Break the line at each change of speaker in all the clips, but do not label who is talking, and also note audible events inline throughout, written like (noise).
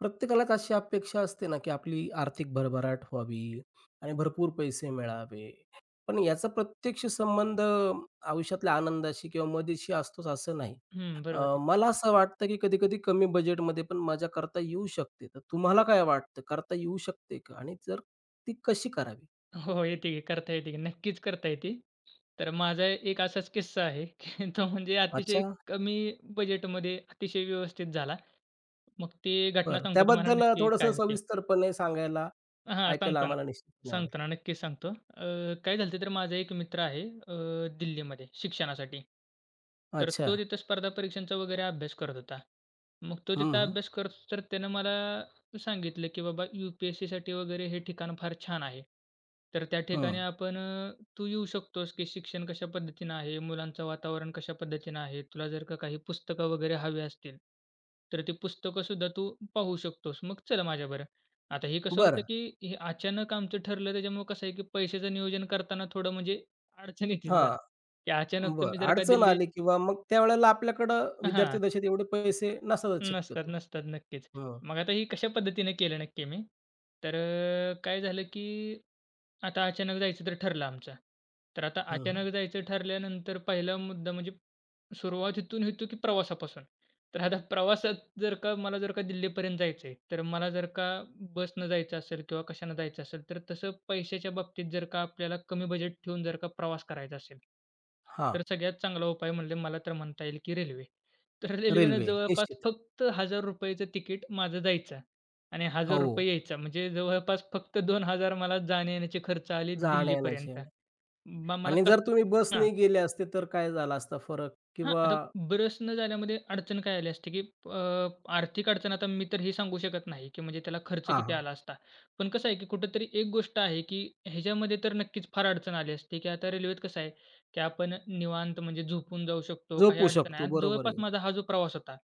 प्रत्येकालाच अशी अपेक्षा असते ना, की आपली आर्थिक भरभराट व्हावी आणि भरपूर पैसे मिळावे. पण याचा प्रत्यक्ष संबंध आयुष्यातल्या आनंदाशी किंवा मजेशी असतोच असं नाही.
हं, बरोबर आहे.
मला असं वाटतं, की कधी-कधी कमी बजेटमध्ये पण मजा करता येऊ शकते. तर तुम्हाला काय वाटतं, करता येऊ शकते का? आणि जर ती कशी करावी?
हो, हो. येते की, करता येते की. नक्कीच करता येते. तर माझा एक असाच किस्सा आहे, की (laughs) तो म्हणजे
अच्छा,
अतिशय कमी बजेटमध्ये अतिशय व्यवस्थित झाला. मग ती घटना
बरं.
सांगतो तुम्हाला
त्याबद्दल
नक्की
थोडंसं
काय होती.
सविस्तरपणे सांगायला,
हां,
ऐकायला
सांगतो ना.
आम्हाला निश्चितपणे आवडेल.
सांगतो ना, नक्कीच सांगतो. काय झालं तर माझा एक मित्र आहे दिल्लीमध्ये शिक्षणासाठी. तर
अच्छा.
तो तिथं स्पर्धा परीक्षांचा वगैरे अभ्यास करत होता. मग तो
हं,
तिथं
हं.
अभ्यास करत होता, तर त्यानं मला सांगितलं, की "बाबा यू-पी-एस-सीसाठी वगैरे हे ठिकाण फार छान आहे. तर त्या ठिकाणी आपण तू येऊ शकतोस, की शिक्षण कशा पद्धतीनं आहे, मुलांचं वातावरण कशा पद्धतीनं आहे. तुला जर का काही पुस्तकं वगैरे हवी असतील, तर ती पुस्तकंसुद्धा तू पाहू शकतोस. मग चल माझ्याबरोबर." आता हे कसं होतं,
बरं.
की हे अचानक आमचं ठरलं त्याच्यामुळं कसं आहे, की पैशाचं नियोजन करताना थोडं म्हणजे अडचण येते
हां.
जरा, (laughs) की अचानक
बरं.
तुम्ही जर का
अडचण
दिल्ली
आली किंवा मग त्यावेळेला आपल्याकडं विद्यार्थी
हां,
दशेत एवढे पैसे नसतात
नसतात,
शक्यतो.
नसतात. नक्कीच.
हं,
मग आता ही कशा पद्धतीने केलं नक्की मी, तर काय झालं की आता अचानक जायचं तर ठरलं आमचं. तर आता
हं, हं.
अचानक जायचं ठरल्यानंतर पहिला मुद्दा म्हणजे सुरुवात इथून होतो की प्रवासापासून. तर आता प्रवासात जर का मला जर का दिल्लीपर्यंत जायचं आहे, तर मला जर का बसनं जायचं असेल किंवा कशानं जायचं असेल, तर तसं पैशाच्या बाबतीत जर का आपल्याला कमी बजेट ठेवून जर का प्रवास करायचा असेल
हां,
तर सगळ्यात चांगला उपाय म्हणजे मला तर म्हणता येईल, की रेल्वे. तर रेल्वेनं
रेल्वे
जवळपास
निश्चित.
फक्त ₹1000चं तिकीट माझं जायचं आणि
हो,
₹1000 यायचा. म्हणजे जवळपास फक्त 2000 मला जाण्या-येण्याचे खर्च आले
जाण्या-येण्याचे.
दिल्लीपर्यंत. मग मला
आणि जर
कसली
तुम्ही
हां.
बसने गेले असते तर काय झाला असता फरक
हां,
किंवा?
आता ब्रश न झाल्यामध्ये अडचण काय आली असते, की अ, आर्थिक अडचण आता मी तर हे सांगू शकत नाही, की म्हणजे त्याला खर्च
हां,
किती
हां.
आला असता. पण कसं आहे, की कुठेतरी एक गोष्ट आहे, की ह्याच्यामध्ये तर नक्कीच फार अडचण आली असते, की आता रेल्वेत कसं आहे, की आपण निवांत म्हणजे झोपून जाऊ शकतो, काही
झोपू
अडचण आहे.
शकतो.
आणि
बरोबर
जवळपास
आहे.
माझा हा जो प्रवास होता,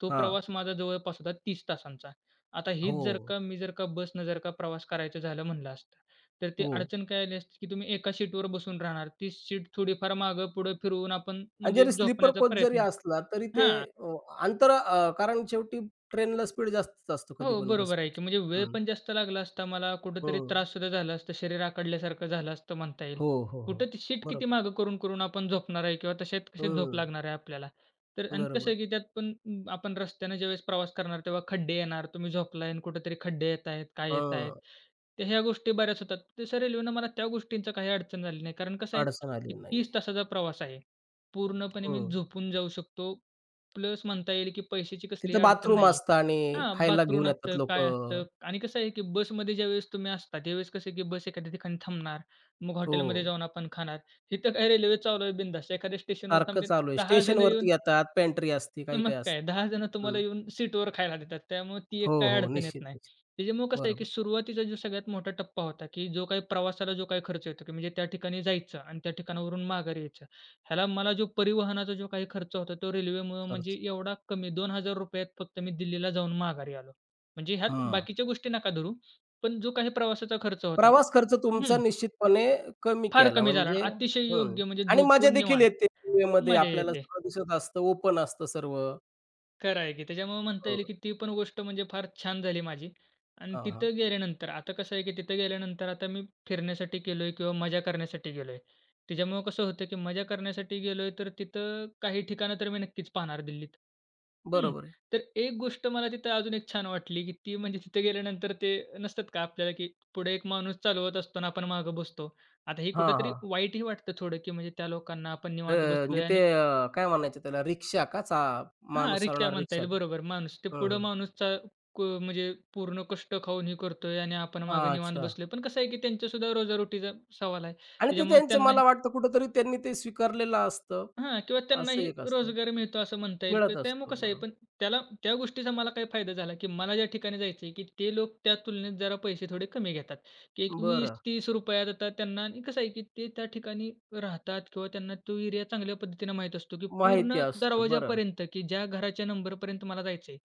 तो
हां.
प्रवास माझा जवळपास होता 30 तासांचा. आता
हो,
हीच जर का मी जर का बसनं जर का प्रवास करायचं झालं म्हणलं असतं, तर ती
हो.
अडचण काय आली असती, की तुम्ही एका सीटवर बसून राहणार. ती सीट थोडीफार मागं-पुढं फिरवून आपण
आणि
म्हणजे
जरी स्लीपर
झोपण्याचा
कोच जरी
प्रयत्न
असला तरी ते
हां.
अ, अंतर, कारण शेवटी ट्रेनला स्पीड जास्तच असतो
हो,
कधी पण
बरोबर आहे की.
बसपेक्षा.
म्हणजे वेळ
हं,
पण जास्त लागला असता मला, कुठेतरी
हं.
त्राससुद्धा झाला असता, शरीर आखडल्यासारखं झालं असतं म्हणता येईल.
हो, हो, हो.
कुठं ती शीट किती
बरोबर.
मागं करून, करून आपण झोपणार आहे किंवा तशात कशी झोप
हं,
लागणार आहे आपल्याला. तर आणि कसं
बरोबर.
आहे की त्यात पण आपण रस्त्यानं ज्यावेळेस प्रवास करणार तेव्हा खड्डे येणार, तुम्ही झोपलाय आणि कुठेतरी खड्डे येत आहेत, काय येत आहेत. तर ह्या गोष्टी बऱ्याच होतात. तसं रेल्वेनं मला त्या गोष्टींचा काही अडचण झाली नाही. कारण कसं आहे
अडचण
की
आली नाही.
30 तासाचा प्रवास आहे. पूर्णपणे मी
हं.
झोपून जाऊ शकतो. प्लस म्हणता येईल की पैशाची कसलीही
तिथं
अडचण
बाथरूम
नाहीये.
असतं आणि
हां,
खायला
बाथरूम
घेऊन येतात
असतं, काय
लोकं.
असतं आणि कसं आहे, की बसमध्ये ज्यावेळेस तुम्ही असता, त्यावेळेस कसं आहे, की बस एखाद्या ठिकाणी थांबणार. मग
हो,
हॉटेलमध्ये जाऊन आपण खाणार. इथं काय रेल्वे चालू आहे बिंदास. एखाद्या स्टेशनवर
सारखं
थांबले
चालू आहे.
10 जण येऊन
स्टेशनवरती येतात, पेंट्री असते,
मग
काही-काही असतं.
काय 10 जण तुम्हाला
हं.
येऊन सीटवर खायला देतात. त्यामुळे ती एक
हो,
काही
हो.
अडचण येत
निश्चित,
नाही.
निश्चित.
त्याच्यामुळे कसं आहे, की
बरोबर.
सुरुवातीचा जो सगळ्यात मोठा टप्पा होता, की जो काही प्रवासाला जो काही खर्च येतो, की म्हणजे त्या ठिकाणी जायचं आणि त्या ठिकाणावरून माघारी यायचं. ह्याला मला जो परिवहनाचा काही खर्च होता, तो रेल्वेमुळं म्हणजे
खर्च.
एवढा कमी ₹2000 त फक्त मी दिल्लीला जाऊन माघारी आलो. म्हणजे ह्यात
हं.
बाकीच्या गोष्टी नका धरू, पण जो काही प्रवासाचा खर्च होता
प्रवास खर्च तुमचा
हं,
निश्चितपणे कमी
फार
केला,
कमी झाला आणि
म्हणजे
अतिशय
हं.
योग्य म्हणजे
आणि मजा
झोपून
देखील
निवांत
येते. वेळेमध्ये
मजा
आपल्याला
येते.
सगळं दिसत असतं, ओपन असतं सर्व.
खरं आहे की. त्याच्यामुळं म्हणता
हं.
येईल की ती पण गोष्ट म्हणजे फार छान झाली माझी. आणि
हां, हां.
तिथं गेल्यानंतर आता कसं आहे की तिथं गेल्यानंतर आता मी फिरण्यासाठी गेलोय किंवा मजा करण्यासाठी गेलोय. त्याच्यामुळं कसं होतं की मजा करण्यासाठी गेलोय तर तिथं काही ठिकाणं तर मी नक्कीच पाहणार दिल्लीत. हं.
बरोबर आहे.
तर एक गोष्ट मला तिथं अजून एक छान वाटली की ती म्हणजे तिथे गेल्यानंतर ते नसतात का आपल्याला की पुढे एक माणूस चालवत असतो आणि आपण मागं बसतो. आता हे
हां,
कुठेतरी
हां.
वाईटही वाटतं थोडं की म्हणजे त्या लोकांना आपण
अ,
निवांत
म्हणजे
बसलोय
ते,
आणि
काय म्हणायचं त्याला, रिक्षा का, चा
हां,
माणूस
रिक्षा
चालवणारी
म्हणता
रिक्षा?
येईल. बरोबर. माणूस ते
हं,
पुढं
हं.
माणूसचा क म्हणजे पूर्ण कष्ट खाऊन हे करतोय आणि आपण मागे निवांत
अच्छा.
बसलोय. पण कसं आहे, की त्यांच्यासुद्धा रोजारोटीचा सवाल आहे.
आणि ते
त्याच्यामुळे
त्यांचे,
त्यांना
मला वाटतं कुठेतरी त्यांनी ते स्वीकारलेलं असतं,
हां, किंवा
असं
त्यांनाही
एक असतं.
रोजगार मिळतो असं म्हणता येईल.
मिळत
त्यामुळे
असतो,
कसं आहे,
बरोबर.
पण त्याला त्या गोष्टीचा मला काय फायदा झाला, की मला ज्या ठिकाणी जायचं आहे, की ते लोक त्या तुलनेत जरा पैसे थोडे कमी घेतात. की एक
बरं.
₹20-30त आता त्यांना आणि कसं आहे, की ते त्या ठिकाणी राहतात किंवा त्यांना तो एरिया चांगल्या पद्धतीने माहीत असतो, की
माहिती
पूर्ण
असतो. बरं.
दरवाजापर्यंत, की ज्या घराच्या नंबरपर्यंत मला जायचं आहे,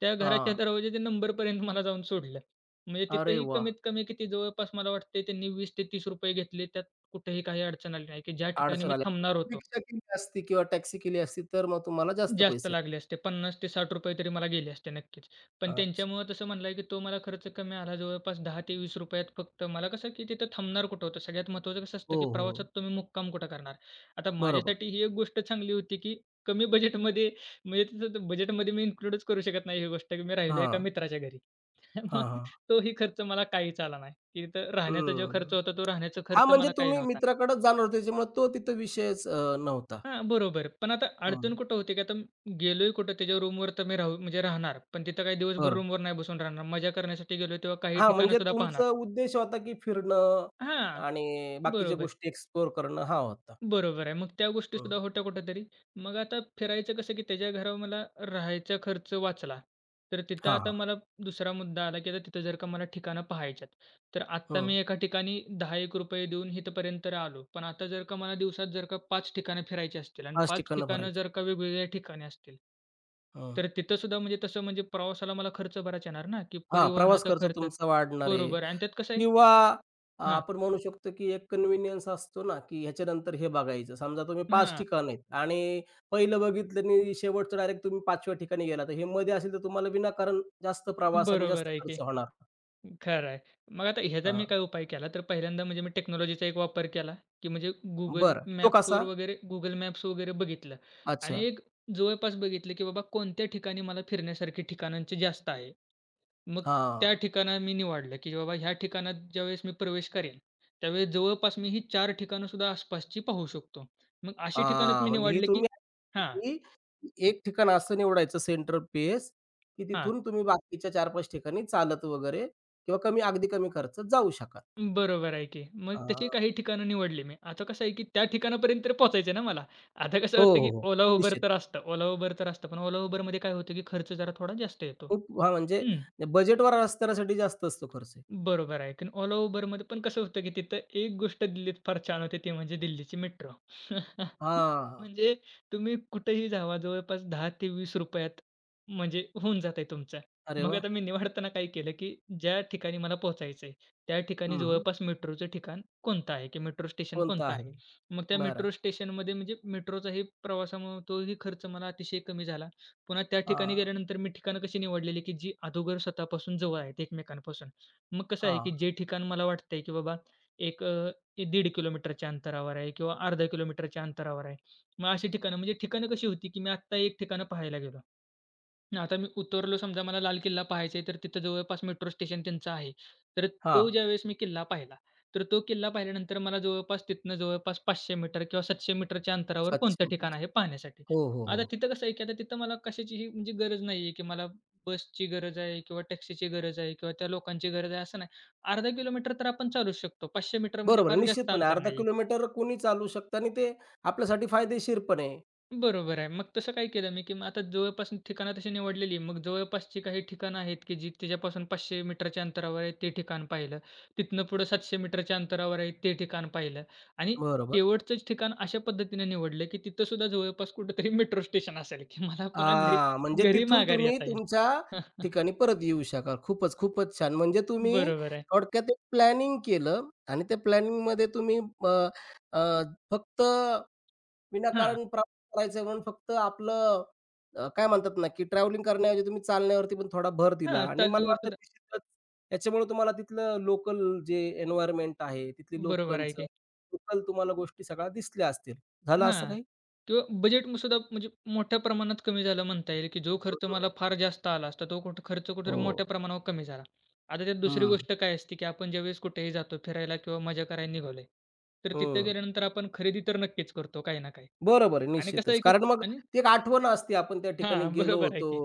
त्या घराच्या
हां.
दरवाजाच्या नंबरपर्यंत मला जाऊन सोडलं. म्हणजे
अरे
तिथंही
वाह!
कमीत कमी किती जवळपास मला वाटतंय त्यांनी ₹20 ते ₹30 घेतले. त्यात कुठेही काही अडचण आली नाही, की ज्या ठिकाणी
अडचण
मी
आली.
थांबणार होतो.
रिक्षा केली असती किंवा टॅक्सी केली असती तर मग तुम्हाला जास्त
जास्त
पैसे.
लागले असते. 50 ते 60 रुपये तरी मला गेले असते नक्कीच. पण
अच्छा.
त्यांच्यामुळं तसं म्हणलं की तो मला खर्च कमी आला जवळपास 10 ते 20 रुपयात फक्त. मला कसं की तिथं थांबणार कुठं होतं? सगळ्यात महत्त्वाचं कसं
हो,
असतं की
हो.
प्रवासात
हो.
तुम्ही मुक्काम कुठं करणार? आता
बरोबर.
माझ्यासाठी ही एक गोष्ट चांगली होती की कमी बजेटमध्ये म्हणजे तिथं बजेटमध्ये मी इन्क्लूडच करू शकत नाही ही गोष्ट की मी राहिलो एका
हां.
मित्राच्या घरी. (laughs) मग
हां, हां.
तोही खर्च मला काहीच आला नाही. की तिथं राहण्याचा जो
हं.
खर्च होता तो राहण्याचा
हां,
खर्च
म्हणजे
मला काही
तुम्ही
नव्हता.
मित्राकडे जाणार होते त्याच्यामुळे तो तिथं विषयच नव्हता.
हां, बरोबर. पण आता
हं.
अडचण कुठं होते, की आता गेलोय कुठं त्याच्या रूमवर तर मी राहू म्हणजे राहणार. पण तिथं काही दिवसभर
बरं.
रूमवर नाही बसून राहणार. मजा करण्यासाठी गेलोय तेव्हा काही
हां,
ठिकाणं
म्हणजे
सुद्धा पाहणार.
तुमचा उद्देश होता की फिरणं
हां,
आणि बाकीच्या
बरोबर.
गोष्टी एक्सप्लोर करणं हा होता.
बरोबर आहे. मग त्या
हं.
गोष्टीसुद्धा होत्या कुठेतरी. मग आता फिरायचं कसं, की त्याच्या घरावर मला राहायचा खर्च वाचला. तर तिथं
हां,
आता
हां.
मला दुसरा मुद्दा आला, की आता तिथं जर का मला ठिकाणं पाहायच्यात. तर आत्ता
हं.
मी एका ठिकाणी ₹10 देऊन इथपर्यंत तर आलो. पण आता जर का मला दिवसात जर का 5 ठिकाणं फिरायची असतील आणि
5
5
ठिकाणं
ठिकाणं
भरायचं.
जर का वेगवेगळ्या ठिकाणी असतील.
हं.
तर तिथंसुद्धा म्हणजे तसं म्हणजे प्रवासाला मला खर्च बराच येणार ना, की
हां, प्रवास
परिवहनाचा
खर्च
खर्च.
तुमचा वाढणार आहे
बरोबर आणि त्यात कसं आहे
किंवा
हां,
आपण म्हणू शकतो, की एक कन्व्हिनियन्स असतो ना, की ह्याच्यानंतर हे बघायचं. समजा तुम्ही 5
हां.
ठिकाण आहेत आणि पहिलं बघितलं आणि शेवटचं डायरेक्ट तुम्ही 5व्या ठिकाणी गेला, तर हे मध्ये असेल तर तुम्हाला विनाकारण जास्त प्रवास आणि
बरोबर
जास्त
आहे
खर्च
की.
होणार.
खरं आहे. मग आता ह्याचा
हां,
मी काय उपाय केला, तर पहिल्यांदा म्हणजे मी टेक्नॉलॉजीचा एक वापर केला, की म्हणजे
बरं. तो कसा?
Google मॅप्स वगैरे बघितलं आणि
अच्छा.
एक जवळपास बघितलं, की बाबा कोणत्या ठिकाणी मला फिरण्यासारखी ठिकाणांची जास्त आहे. मग त्या
हां.
ठिकाणं मी निवडलं, की बाबा ह्या ठिकाणात ज्यावेळेस मी प्रवेश करेन, त्यावेळेस जवळपास मी ही 4 ठिकाणं सुद्धा आसपासची पाहू शकतो. मग अशी ठिकाणच
हां,
मी
म्हणजे ही
निवडले, की
तुम्ही,
हां,
ही एक ठिकाण असं निवडायचं सेंटर पेस, की
हां.
तिथून तुम्ही बाकीच्या 4-5 ठिकाणी चालत वगैरे किंवा कमी, अगदी कमी खर्चात जाऊ शकाल.
बरोबर आहे की. मग
हां.
तशी काही ठिकाणं निवडली मी. आता कसं आहे, की त्या ठिकाणापर्यंत तर पोहोचायचं आहे ना मला. आता कसं
हो,
होतं,
हो,
की
हो.
Ola, Uber
निश्चित.
तर असतं. पण Ola, Uberमध्ये काय होतं, की खर्च जरा थोडा जास्त येतो.
खूप. हां, म्हणजे
हं,
बजेटवर रस्त्यासाठी जास्त असतो खर्च.
बरोबर आहे. कारण Ola, Uberमध्ये पण कसं होतं, की तिथं एक गोष्ट दिल्लीत फार छान होते, ती म्हणजे दिल्लीची मेट्रो. (laughs)
हां.
म्हणजे तुम्ही कुठेही जावा जवळपास ₹10 ते ₹20त म्हणजे होऊन जात आहे तुमचा.
अरे
मग
वाह!
आता मी निवडताना काय केलं, की ज्या ठिकाणी मला पोहोचायचं आहे, त्या ठिकाणी
हं, हं.
जवळपास मेट्रोचं ठिकाण कोणतं आहे की मेट्रो स्टेशन
कोणता
कोणतं आहे.
आहे?
मग त्या
बरं.
मेट्रो स्टेशनमध्ये म्हणजे मेट्रोचाही प्रवासामुळे तोही खर्च मला अतिशय कमी झाला. पुन्हा त्या ठिकाणी
हां,
गेल्यानंतर मी ठिकाणं कशी निवडलेली, की जी अगोदर स्वतःपासून जवळ आहेत एकमेकांपासून. मग कसं आहे,
हां,
की जे ठिकाण मला वाटतंय, की बाबा एक अ, 1.5 किलोमीटरच्या अंतरावर आहे किंवा अर्धा किलोमीटरच्या अंतरावर आहे. मग अशी ठिकाणं म्हणजे ठिकाणं कशी होती, की मी आत्ता एक ठिकाणं पाहायला गेलो. आता मी उतरलो समजा मला लाल किल्ला पाहायचा आहे, तर तिथं जवळपास मेट्रो स्टेशन त्यांचं आहे. तर तो
हां.
ज्यावेळेस मी किल्ला पाहिला, तर तो किल्ला पाहिल्यानंतर मला जवळपास तिथनं 500 मीटर किंवा 700 मीटरच्या अंतरावर कोणतं
700
ठिकाण
मीटर.
आहे पाहण्यासाठी.
हो, हो, हो.
आता तिथं कसं आहे, की आता तिथं मला कशाचीही म्हणजे गरज नाही आहे, की मला बसची गरज आहे किंवा टॅक्सीची गरज आहे किंवा त्या लोकांची गरज आहे असं नाही. अर्धा किलोमीटर तर आपण चालूच शकतो. 500 मीटर म्हणजे
बरोबर आहे.
फार जास्त
निश्चितपणे
अंतर
अर्धा
नाही
किलोमीटर कोणी चालू शकतं आणि ते आपल्यासाठी फायदेशीर पण आहे.
बरोबर आहे. मग तसं काय केलं मी, की मग आता जवळपास ठिकाणं तशी निवडलेली. मग जवळपासची काही ठिकाणं आहेत, की जी तिच्यापासून 500 मीटरच्या अंतरावर आहे ते ठिकाण पाहिलं. तिथनं पुढं 700 मीटरच्या अंतरावर आहे ते ठिकाण पाहिलं आणि
बरोबर.
शेवटचंच ठिकाण अशा पद्धतीने निवडलं, की तिथं सुद्धा जवळपास कुठेतरी मेट्रो स्टेशन असेल, की मला पुन्हा घरी
हां, म्हणजे
घरी
तिथून
माघारी
तुम्ही
येता येईल.
तुमच्या
(laughs)
ठिकाणी परत येऊ शकाल. खूपच, खूपच छान. म्हणजे तुम्ही
बरोबर आहे.
थोडक्यात एक प्लॅनिंग केलं आणि त्या प्लॅनिंगमध्ये तुम्ही अ, अ, फक्त
हां,
विनाकारण प्रवास करायचं म्हणून फक्त आपलं, काय म्हणतात ना, की ट्रॅव्हलिंग करण्याऐवजी तुम्ही चालण्यावरती पण थोडा भर दिला
हां.
आणि मला
चालण्यावर
वाटतं
सुद्धा
निश्चितच याच्यामुळे तुम्हाला तिथलं लोकल, जे एन्व्हायर्नमेंट आहे, तिथली
बरोबर आहे,
लोकांचं,
की.
लोकल तुम्हाला गोष्टी सगळ्या दिसल्या असतील. झालं असं
हां.
काही?
किंवा बजेट सुद्धा म्हणजे मोठ्या प्रमाणात कमी झालं म्हणता येईल, की जो
हो,
खर्च
हो.
मला फार जास्त आला असता, तो कुठं खर्च
हो.
कुठेतरी मोठ्या प्रमाणावर कमी झाला. आता त्यात दुसरी
हं,
गोष्ट काय असते, की आपण ज्यावेळेस कुठेही जातो फिरायला किंवा मजा करायला निघालोय, तर तिथे गेल्यानंतर आपण खरेदी तर नक्कीच करतो काही ना काही.
बरोबर आहे,
आणि कसं
निश्चितच.
आहे, की
कारण मग
आणि
ती एक आठवण असते, आपण त्या ठिकाणी
हां,
गेलो
बरोबर आहे
होतो
की.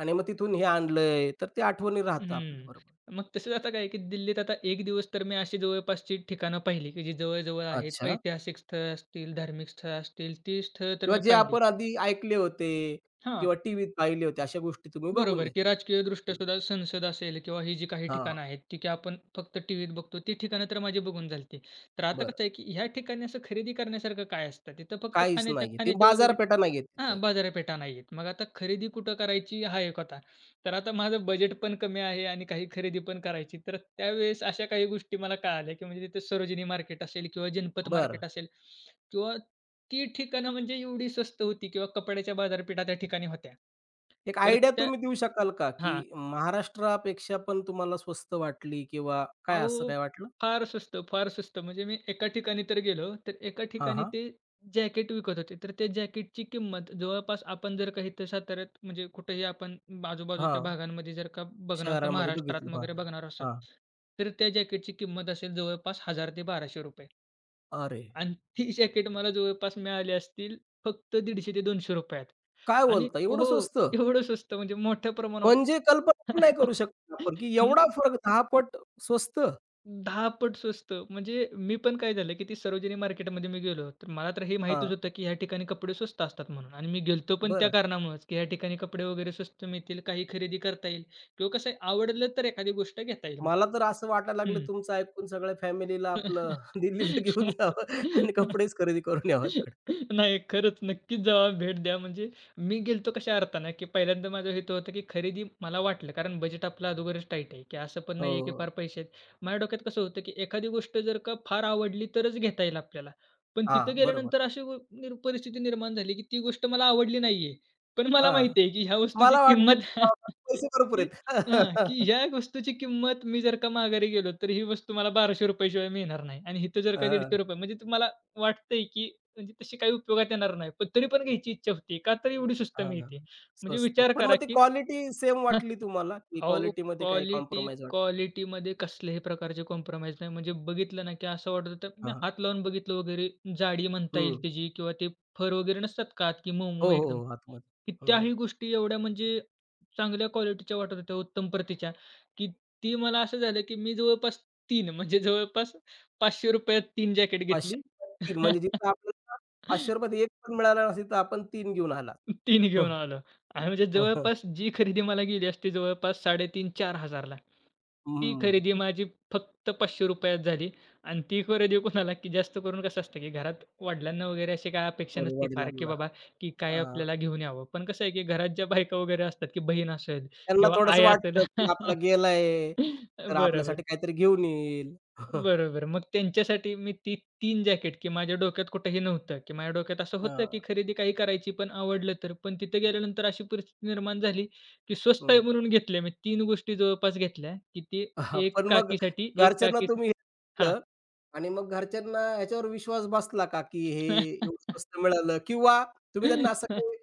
आणि मग तिथून हे आणलंय, तर ते आठवणी राहतं आपल्या
हं.
बरोबर.
मग तसंच आता काय आहे, की दिल्लीत आता एक दिवस तर मी अशी जवळपासची ठिकाणं पाहिली, की जी जवळ आहेत.
अच्छा,
ऐतिहासिक स्थळं असतील, धार्मिक स्थळं असतील, ती स्थळं तर
किंवा
मी
जे
पाहिली.
आपण आधी ऐकले होते
हां.
किंवा टीव्हीत पाहिले होते, अशा गोष्टी तुम्ही बघून
बरोबर, की
घेतल्या.
राजकीयदृष्ट्या
हं.
सुद्धा संसद असेल किंवा ही जी काही
हां,
ठिकाणं आहेत, ती की आपण फक्त टीव्हीत बघतो. ती ठिकाणं तर माझी बघून झाली. तर आता
बरं.
कसं आहे, की ह्या ठिकाणी असं खरेदी करण्यासारखं काय असतं? तिथं फक्त
काहीच
खाण्याच्या
नाहीये. ती
खाण्याच्या वगैरे.
बाजारपेठा नाहीये तिथं.
हां, बाजारपेठा नाहीयेत. मग आता खरेदी कुठं करायची हा एक होता. तर आता माझं बजेट पण कमी आहे आणि काही खरेदी पण करायची. तर त्यावेळेस अशा काही गोष्टी मला कळाल्या, की म्हणजे तिथे सरोजिनी मार्केट असेल किंवा जनपत
बरं.
मार्केट असेल किंवा ती ठिकाणं म्हणजे एवढी स्वस्त होती किंवा कपड्याच्या बाजारपेठा त्या ठिकाणी होत्या.
एक
तर
आयडिया
त्या
तुम्ही देऊ शकाल का,
हां.
की महाराष्ट्रापेक्षा पण तुम्हाला स्वस्त वाटली किंवा काय, असं
अहो,
काय वाटलं?
फार स्वस्त, फार स्वस्त. म्हणजे मी एका ठिकाणी तर गेलो, तर एका
हां,
ठिकाणी
हां.
ते जॅकेट विकत होते. तर त्या जॅकेटची किंमत जवळपास आपण जर का इथं साताऱ्यात म्हणजे कुठेही आपण आजूबाजूच्या
हां.
भागांमध्ये जर का बघणार असतो,
शहरामध्ये
महाराष्ट्रात
बघितलं. हां.
वगैरे बघणार असाल,
हां.
तर त्या जॅकेटची किंमत असेल जवळपास ₹1000 ते ₹1200
अरे!
आणि ती (laughs) जॅकेट मला जवळपास मिळाली असतील फक्त ₹150 ते ₹200त.
काय
आणि
बोलता, एवढं
हो,
स्वस्त?
एवढं स्वस्त म्हणजे मोठ्या प्रमाणावर.
म्हणजे कल्पना पण नाही करू शकत आपण, की एवढा
(laughs)
फरक, 10 पट स्वस्त?
10 पट स्वस्त. म्हणजे मी पण काय झालं, की ती सरोजिनी मार्केटमध्ये मी गेलो. तर मला तर हे
हां,
माहीतच होतं, की ह्या ठिकाणी कपडे स्वस्त असतात म्हणून, आणि मी गेलतो पण त्या
बरं.
कारणामुळेच, की ह्या ठिकाणी कपडे वगैरे स्वस्त मिळतील, काही खरेदी करता येईल किंवा कसं आहे, आवडलं तर एखादी गोष्ट घेता येईल.
मला तर असं वाटायला लागलं तुमचं ऐकून, सगळ्या फॅमिलीला आपलं (laughs) दिल्लीला घेऊन
(laughs)
जावं आणि कपडेच खरेदी करून यावं तिकडे.
नाही, खरंच नक्कीच जावा, भेट द्या. म्हणजे मी गेलतो कशा अर्थानं, की पहिल्यांदा माझं हेतू होतं, की खरेदी मला वाटलं कारण बजेट आपलं अगोदरच टाईट आहे, की असं पण नाहीये, की फार
हो.
पैसे आहेत. माझ्या डोक्यात कसं होतं, की एखादी गोष्ट जर का फार आवडली तरच घेता येईल आपल्याला. पण
हां,
तिथं
बरोबर.
गेल्यानंतर अशी गो निर परिस्थिती निर्माण झाली, की ती गोष्ट मला आवडली नाहीये. पण मला
हां,
माहिती आहे, की ह्या वस्तूची
मला वाटतंय
किंमत. (laughs)
पैसे भरपूर
ही
आहेत.
हां, की
(laughs)
ह्या वस्तूची किंमत मी जर का माघारी गेलो, तर ही वस्तू मला ₹1200 शिवाय मिळणार नाही आणि इथं जर का ₹150 म्हणजे ते मला वाटतंय, की म्हणजे तशी काही उपयोगात येणार नाही. पण तरी पण घ्यायची इच्छा होती. का तर एवढी स्वस्त
हां, हां.
मिळते. म्हणजे
स्वस्त आहे.
विचार
पण
करा,
मग ती
की
क्वालिटी सेम
हं,
वाटली तुम्हाला, की
अहो,
क्वालिटीमध्ये काही
क्वालिटी
कॉम्प्रोमाईज वाटलं?
क्वालिटीमध्ये कसल्याही प्रकारचे कॉम्प्रोमाईज नाही. म्हणजे बघितलं ना, की असं वाटत होतं, मी
हां,
हात लावून बघितलं वगैरे, जाडी म्हणता येईल
हं.
त्याची किंवा ते फर वगैरे नसतात का, की मऊ-मऊ
हो, हो,
एकदम.
हो. आतमध्ये.
की त्याही गोष्टी एवढ्या म्हणजे चांगल्या क्वालिटीच्या वाटत होत्या, उत्तम प्रतीच्या, की ती मला असं झालं, की मी जवळपास 3 म्हणजे जवळपास ₹500त तीन जॅकेट घेतली.
₹500 म्हणजे
(laughs)
जिथं आपल्याला ₹500 एक पण मिळाला नसेल, तर आपण तीन घेऊन आला.
तीन घेऊन
हं.
आलो. आणि म्हणजे
हं, हं.
जवळपास जी खरेदी मला गेली असती जवळपास 3500-4000ला, ती
हम्म.
खरेदी माझी फक्त ₹500त झाली. आणि ती खरेदी कोणाला, की जास्त करून कसं असतं, की घरात वडिलांना वगैरे अशी काय अपेक्षा
सॉरी,
नसते फार, की
वडिलांना.
बाबा, की काय
हां.
आपल्याला घेऊन यावं. पण कसं आहे, की घरात ज्या बायका वगैरे असतात, की बहीण असेल
त्यांना
किंवा
थोडंसं
आई असेल.
वाटतं, की आपला
(laughs)
गेलाय, तर
बरोबर.
आपल्यासाठी काहीतरी घेऊन येईल.
बरोबर. मग त्यांच्यासाठी मी ती तीन जॅकेट, की माझ्या डोक्यात कुठेही नव्हतं, की माझ्या डोक्यात असं होतं,
हां.
की खरेदी काही करायची पण आवडलं तर. पण तिथे गेल्यानंतर अशी परिस्थिती निर्माण झाली, की स्वस्त आहे
हं.
म्हणून घेतल्या मी 3 गोष्टी जवळपास घेतल्या, की ती
हां,
एक
पण मग
काकीसाठी, एक
घरच्यांना
काकी.
तुम्ही हे
हां.
सांगितलं आणि मग घरच्यांना ह्याच्यावर विश्वास बसला का, की हे एवढं स्वस्त मिळालं, किंवा तुम्ही त्यांना असं काही,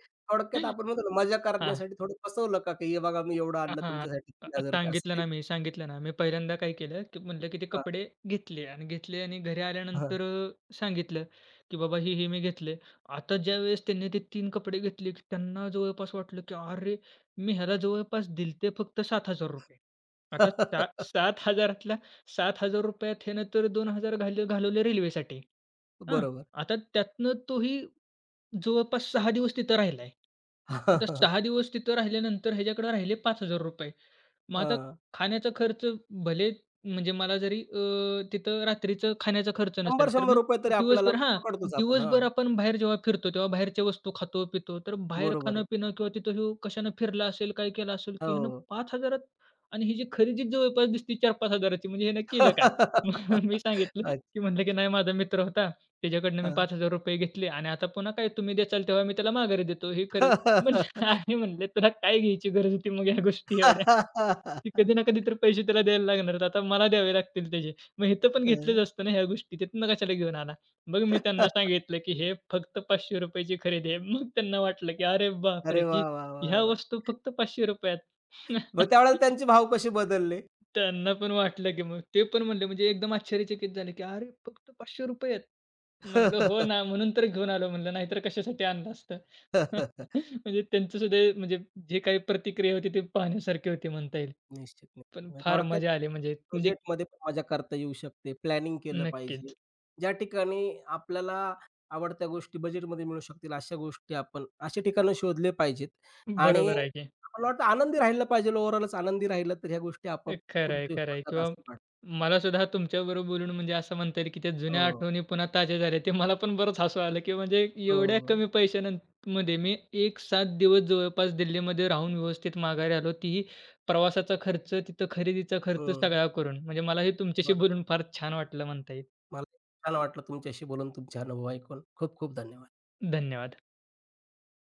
हां.
थोडक्यात
(laughs)
आपण म्हणतो ना, मजा करण्यासाठी थोडं फसवलं का, की हे बघा मी एवढं आणलं
हां.
तुमच्यासाठी ₹3000, असं
सांगितलं
काही?
ना मी, सांगितलं ना. मी पहिल्यांदा काय केलं, की म्हटलं, की ते
हां.
कपडे घेतले आणि घरी
हां.
आल्यानंतर सांगितलं, की "बाबा, हे, हे मी घेतले." आता ज्यावेळेस त्यांनी ते 3 कपडे घेतले, की त्यांना जवळपास वाटलं, की "अरे, मी ह्याला जवळपास दिलते फक्त ₹7,000." आता
(laughs)
7,000तला ₹7,000 ह्यानं तर 2,000 घालवले रेल्वेसाठी. हां.
बरोबर.
आता त्यातनं तोही जवळपास 6 दिवस तिथं राहिलाय. आता
(laughs)
6 दिवस तिथं राहिल्यानंतर ह्याच्याकडे राहिले ₹5,000. मग आता
हां.
खाण्याचा खर्च, भले म्हणजे मला जरी तिथं रात्रीचं खाण्याचा खर्च नसेल, तर मग
₹100-100 तरी आपल्याला
दिवसभर, हां,
पकडतोच आपण. हां,
दिवसभर आपण बाहेर जेव्हा फिरतो, तेव्हा बाहेरच्या वस्तू खातो, पितो. तर बाहेर
बरोबर आहे.
खाणं-पिणं किंवा तिथं ह्यो कशानं फिरला असेल, काय केलं असेल, की ह्यानं
हो.
5,000त आणि ही जी खरेदी जवळपास दिसते 4-5,000ची, म्हणजे ह्यानं केलं काय? (laughs) मग मी
(laughs)
सांगितलं,
अच्छा.
की म्हटलं, की "नाही, माझा मित्र होता. त्याच्याकडनं मी ₹5,000 घेतले आणि आता पुन्हा काय तुम्ही द्याल तेव्हा मी त्याला माघारी देतो. हे करेल." म्हणजे (laughs) आहे, म्हणले, तुला काय घ्यायची गरज होती मग ह्या गोष्टी एवढ्या. की
(laughs)
कधी ना कधी तर पैसे त्याला द्यायला लागणार. आता मला द्यावे लागतील त्याचे. मग इथं पण घेतलंच
हं.
असतं ना ह्या गोष्टी. तिथनं कशाला घेऊन आला? मग मी त्यांना सांगितलं, की हे फक्त ₹500 ची खरेदी आहे. मग त्यांना वाटलं, की अरे बापरे!
अरे
की
वाह, वाह, वाह,
ह्या
वाह!
वस्तू फक्त ₹500त.
मग
(laughs)
त्यावेळेला त्यांचे भाव कसे बदलले?
त्यांना पण वाटलं, की मग ते पण म्हणले, म्हणजे एकदम आश्चर्यचकित झाले, की "अरे, फक्त ₹500 आहेत." म्हटलं, "हो
(laughs)
ना, म्हणून तर घेऊन आलो," म्हणलं, "नाहीतर कशासाठी आणलं असतं." (laughs) म्हणजे त्यांचं सुद्धा म्हणजे जे काही प्रतिक्रिया होती ती पाहण्यासारखी होती म्हणता येईल.
निश्चित, निश्चित.
पण
म्हणजे
फार
थोडक्यात
मजा आली म्हणजे म्हणजे
प्रोजेक्टमध्ये पण मजा करता येऊ शकते. प्लॅनिंग केलं पाहिजे.
नक्कीच.
ज्या ठिकाणी आपल्याला आवडत्या गोष्टी बजेटमध्ये मिळू शकतील, अशा गोष्टी, आपण अशी ठिकाणं शोधले पाहिजेत. आणि
बरोबर आहे की.
मला वाटतं आनंदी राहिलं पाहिजे. ओव्हरऑलच आनंदी राहिलं तर ह्या गोष्टी आपोआप
खरं आहे,
कुठेतरी
खरं आहे.
होतात
किंवा
असं वाटतं.
मला सुद्धा तुमच्याबरोबर बोलून म्हणजे असं म्हणता येईल, की त्या
हो,
जुन्या
हो.
आठवणी पुन्हा ताज्या झाल्या. ते मला पण बरंच हसू आलं, की म्हणजे
हो.
एवढ्या कमी पैशानं मध्ये मी 1-7 दिवस जवळपास दिल्लीमध्ये राहून व्यवस्थित माघारी आलो. तीही प्रवासाचा खर्च, तिथं खरेदीचा खर्च
हं,
सगळा करून. म्हणजे मला हे तुमच्याशी
बरोबर.
बोलून फार छान वाटलं म्हणता येईल.
मला छान वाटलं तुमच्याशी बोलून, तुमचे अनुभव ऐकून. खूप खूप धन्यवाद.
धन्यवाद.